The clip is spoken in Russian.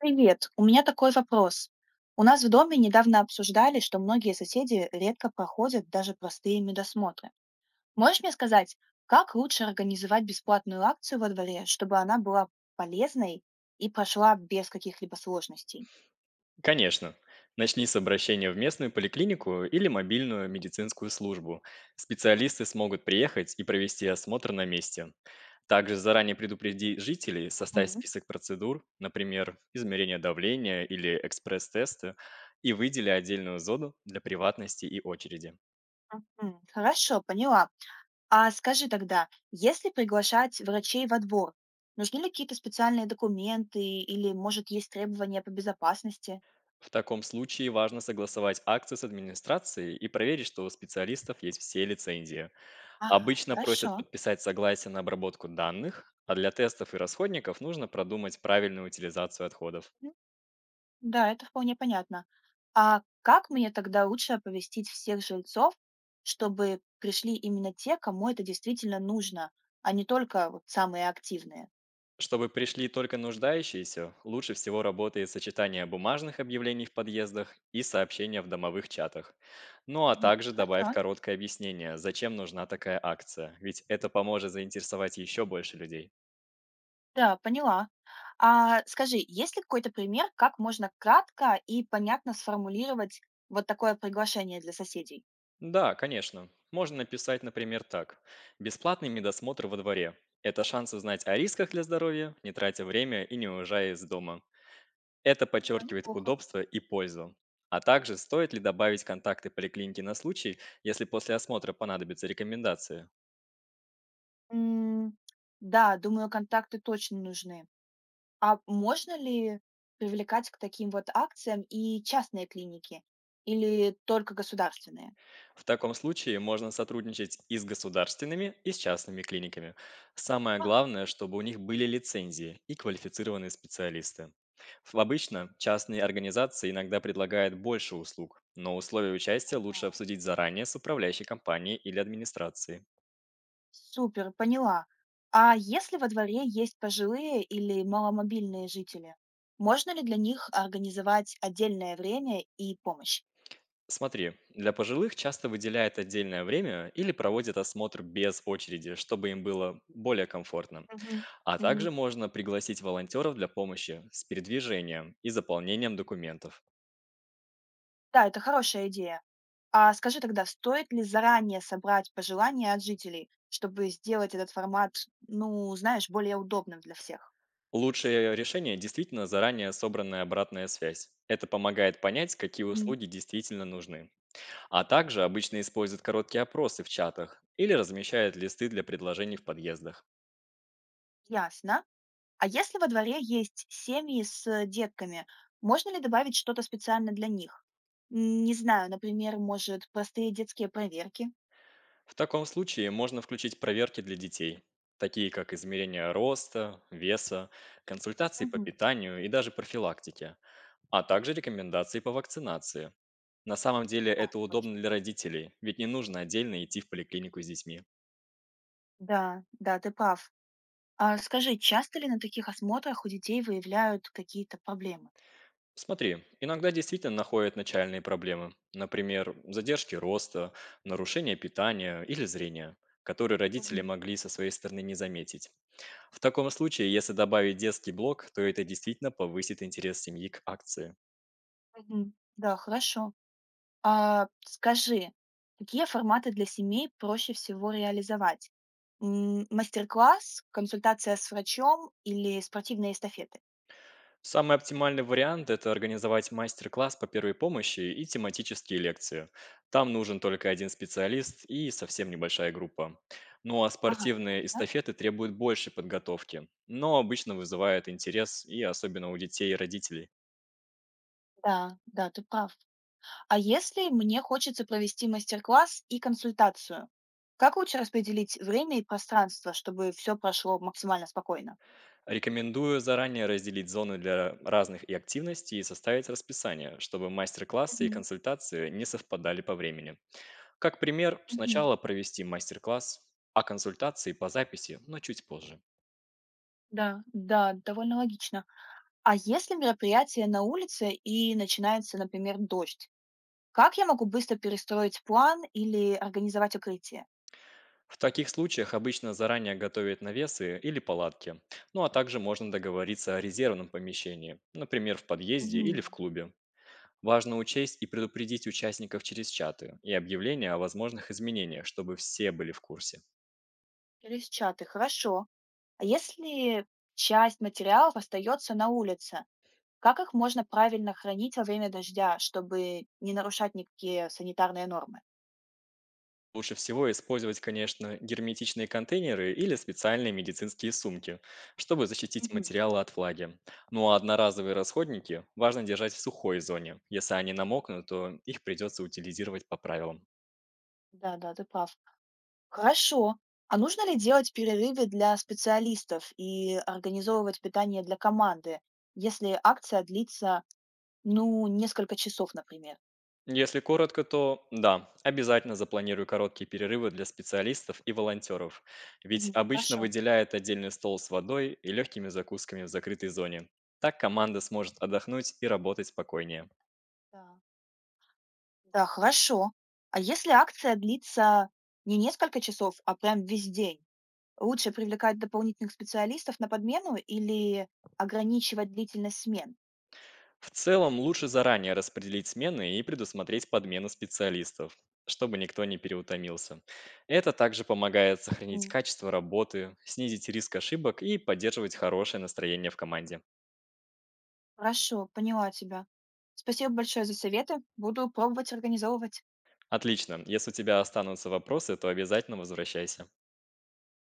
Привет, у меня такой вопрос. У нас в доме недавно обсуждали, что многие соседи редко проходят даже простые медосмотры. Можешь мне сказать, как лучше организовать бесплатную акцию во дворе, чтобы она была полезной и прошла без каких-либо сложностей? Конечно. Начни с обращения в местную поликлинику или мобильную медицинскую службу. Специалисты смогут приехать и провести осмотр на месте. Также заранее предупреди жителей, составь Мгм, список процедур, например, измерение давления или экспресс-тесты, и выдели отдельную зону для приватности и очереди. мгм. Хорошо, поняла. А скажи тогда, если приглашать врачей во двор, нужны ли какие-то специальные документы или, может, есть требования по безопасности? В таком случае важно согласовать акцию с администрацией и проверить, что у специалистов есть все лицензии. Ага, Обычно просят хорошо. подписать согласие на обработку данных, а для тестов и расходников нужно продумать правильную утилизацию отходов. Да, это вполне понятно. А как мне тогда лучше оповестить всех жильцов, чтобы пришли именно те, кому это действительно нужно, а не только вот самые активные? Чтобы пришли только нуждающиеся, лучше всего работает сочетание бумажных объявлений в подъездах и сообщения в домовых чатах. Ну а Мгм. также добавь Хорошо. короткое объяснение, зачем нужна такая акция, ведь это поможет заинтересовать еще больше людей. Да, поняла. А скажи, есть ли какой-то пример, как можно кратко и понятно сформулировать вот такое приглашение для соседей? Да, конечно. Можно написать, например, так. Бесплатный медосмотр во дворе. Это шанс узнать о рисках для здоровья, не тратя время и не уезжая из дома. Это Да, подчеркивает неплохо. удобство и пользу. А также стоит ли добавить контакты поликлиники на случай, если после осмотра понадобятся рекомендации? М, да, думаю, контакты точно нужны. А можно ли привлекать к таким вот акциям и частные клиники или только государственные? В таком случае можно сотрудничать и с государственными, и с частными клиниками. Самое Ага, главное, чтобы у них были лицензии и квалифицированные специалисты. Обычно частные организации иногда предлагают больше услуг, но условия участия лучше ага. обсудить заранее с управляющей компанией или администрацией. Супер, поняла. А если во дворе есть пожилые или маломобильные жители, можно ли для них организовать отдельное время и помощь? Смотри, для пожилых часто выделяют отдельное время или проводят осмотр без очереди, чтобы им было более комфортно. Мгм, А также мгм. можно пригласить волонтеров для помощи с передвижением и заполнением документов. Да, это хорошая идея. А скажи тогда, стоит ли заранее собрать пожелания от жителей, чтобы сделать этот формат, ну, знаешь, более удобным для всех? Лучшее решение действительно заранее собранная обратная связь. Это помогает понять, какие Мгм. услуги действительно нужны. А также обычно используют короткие опросы в чатах или размещают листы для предложений в подъездах. Ясно. А если во дворе есть семьи с детками, можно ли добавить что-то специально для них? Не знаю, например, может, простые детские проверки? В таком случае можно включить проверки для детей, такие как измерение роста, веса, консультации по Мгм. питанию и даже профилактике, а также рекомендации по вакцинации. На самом деле Да, это удобно точно. для родителей, ведь не нужно отдельно идти в поликлинику с детьми. Да, да, ты прав. А скажи, часто ли на таких осмотрах у детей выявляют какие-то проблемы? Смотри, иногда действительно находят начальные проблемы, например, задержки роста, нарушение питания или зрения, которые родители Мгм. могли со своей стороны не заметить. В таком случае, если добавить детский блок, то это действительно повысит интерес семьи к акции. Мгм. Да, хорошо. А скажи, какие форматы для семей проще всего реализовать? Мастер-класс, консультация с врачом или спортивные эстафеты? Самый оптимальный вариант – это организовать мастер-класс по первой помощи и тематические лекции. Там нужен только один специалист и совсем небольшая группа. Ну а Ага, спортивные ясно. эстафеты требуют большей подготовки, но обычно вызывают интерес и особенно у детей и родителей. Да, да, ты прав. А если мне хочется провести мастер-класс и консультацию, как лучше распределить время и пространство, чтобы все прошло максимально спокойно? Рекомендую заранее разделить зоны для разных и активностей и составить расписание, чтобы мастер-классы и Мгм, консультации не совпадали по времени. Как пример, мгм. сначала провести мастер-класс, а консультации по записи, но чуть позже. Да, да, довольно логично. А если мероприятие на улице и начинается, например, дождь, как я могу быстро перестроить план или организовать укрытие? В таких случаях обычно заранее готовят навесы или палатки, ну а также можно договориться о резервном помещении, например, в подъезде или Мгм. в клубе. Важно учесть и предупредить участников через чаты и объявления о возможных изменениях, чтобы все были в курсе. Через чаты, хорошо. А если часть материалов остается на улице, как их можно правильно хранить во время дождя, чтобы не нарушать никакие санитарные нормы? Лучше всего использовать, конечно, герметичные контейнеры или специальные медицинские сумки, чтобы защитить Мгм. материалы от влаги. Ну а одноразовые расходники важно держать в сухой зоне. Если они намокнут, то их придется утилизировать по правилам. Да-да, ты прав. Хорошо. А нужно ли делать перерывы для специалистов и организовывать питание для команды, если акция длится, ну, несколько часов, например? Если коротко, то да, обязательно запланирую короткие перерывы для специалистов и волонтеров, ведь Мгм. обычно Хорошо. выделяет отдельный стол с водой и легкими закусками в закрытой зоне. Так команда сможет отдохнуть и работать спокойнее. Да. Да, хорошо. А если акция длится не несколько часов, а прям весь день, лучше привлекать дополнительных специалистов на подмену или ограничивать длительность смен? В целом, лучше заранее распределить смены и предусмотреть подмену специалистов, чтобы никто не переутомился. Это также помогает сохранить М, качество работы, снизить риск ошибок и поддерживать хорошее настроение в команде. Хорошо, поняла тебя. Спасибо большое за советы. Буду пробовать организовывать. Отлично. Если у тебя останутся вопросы, то обязательно возвращайся.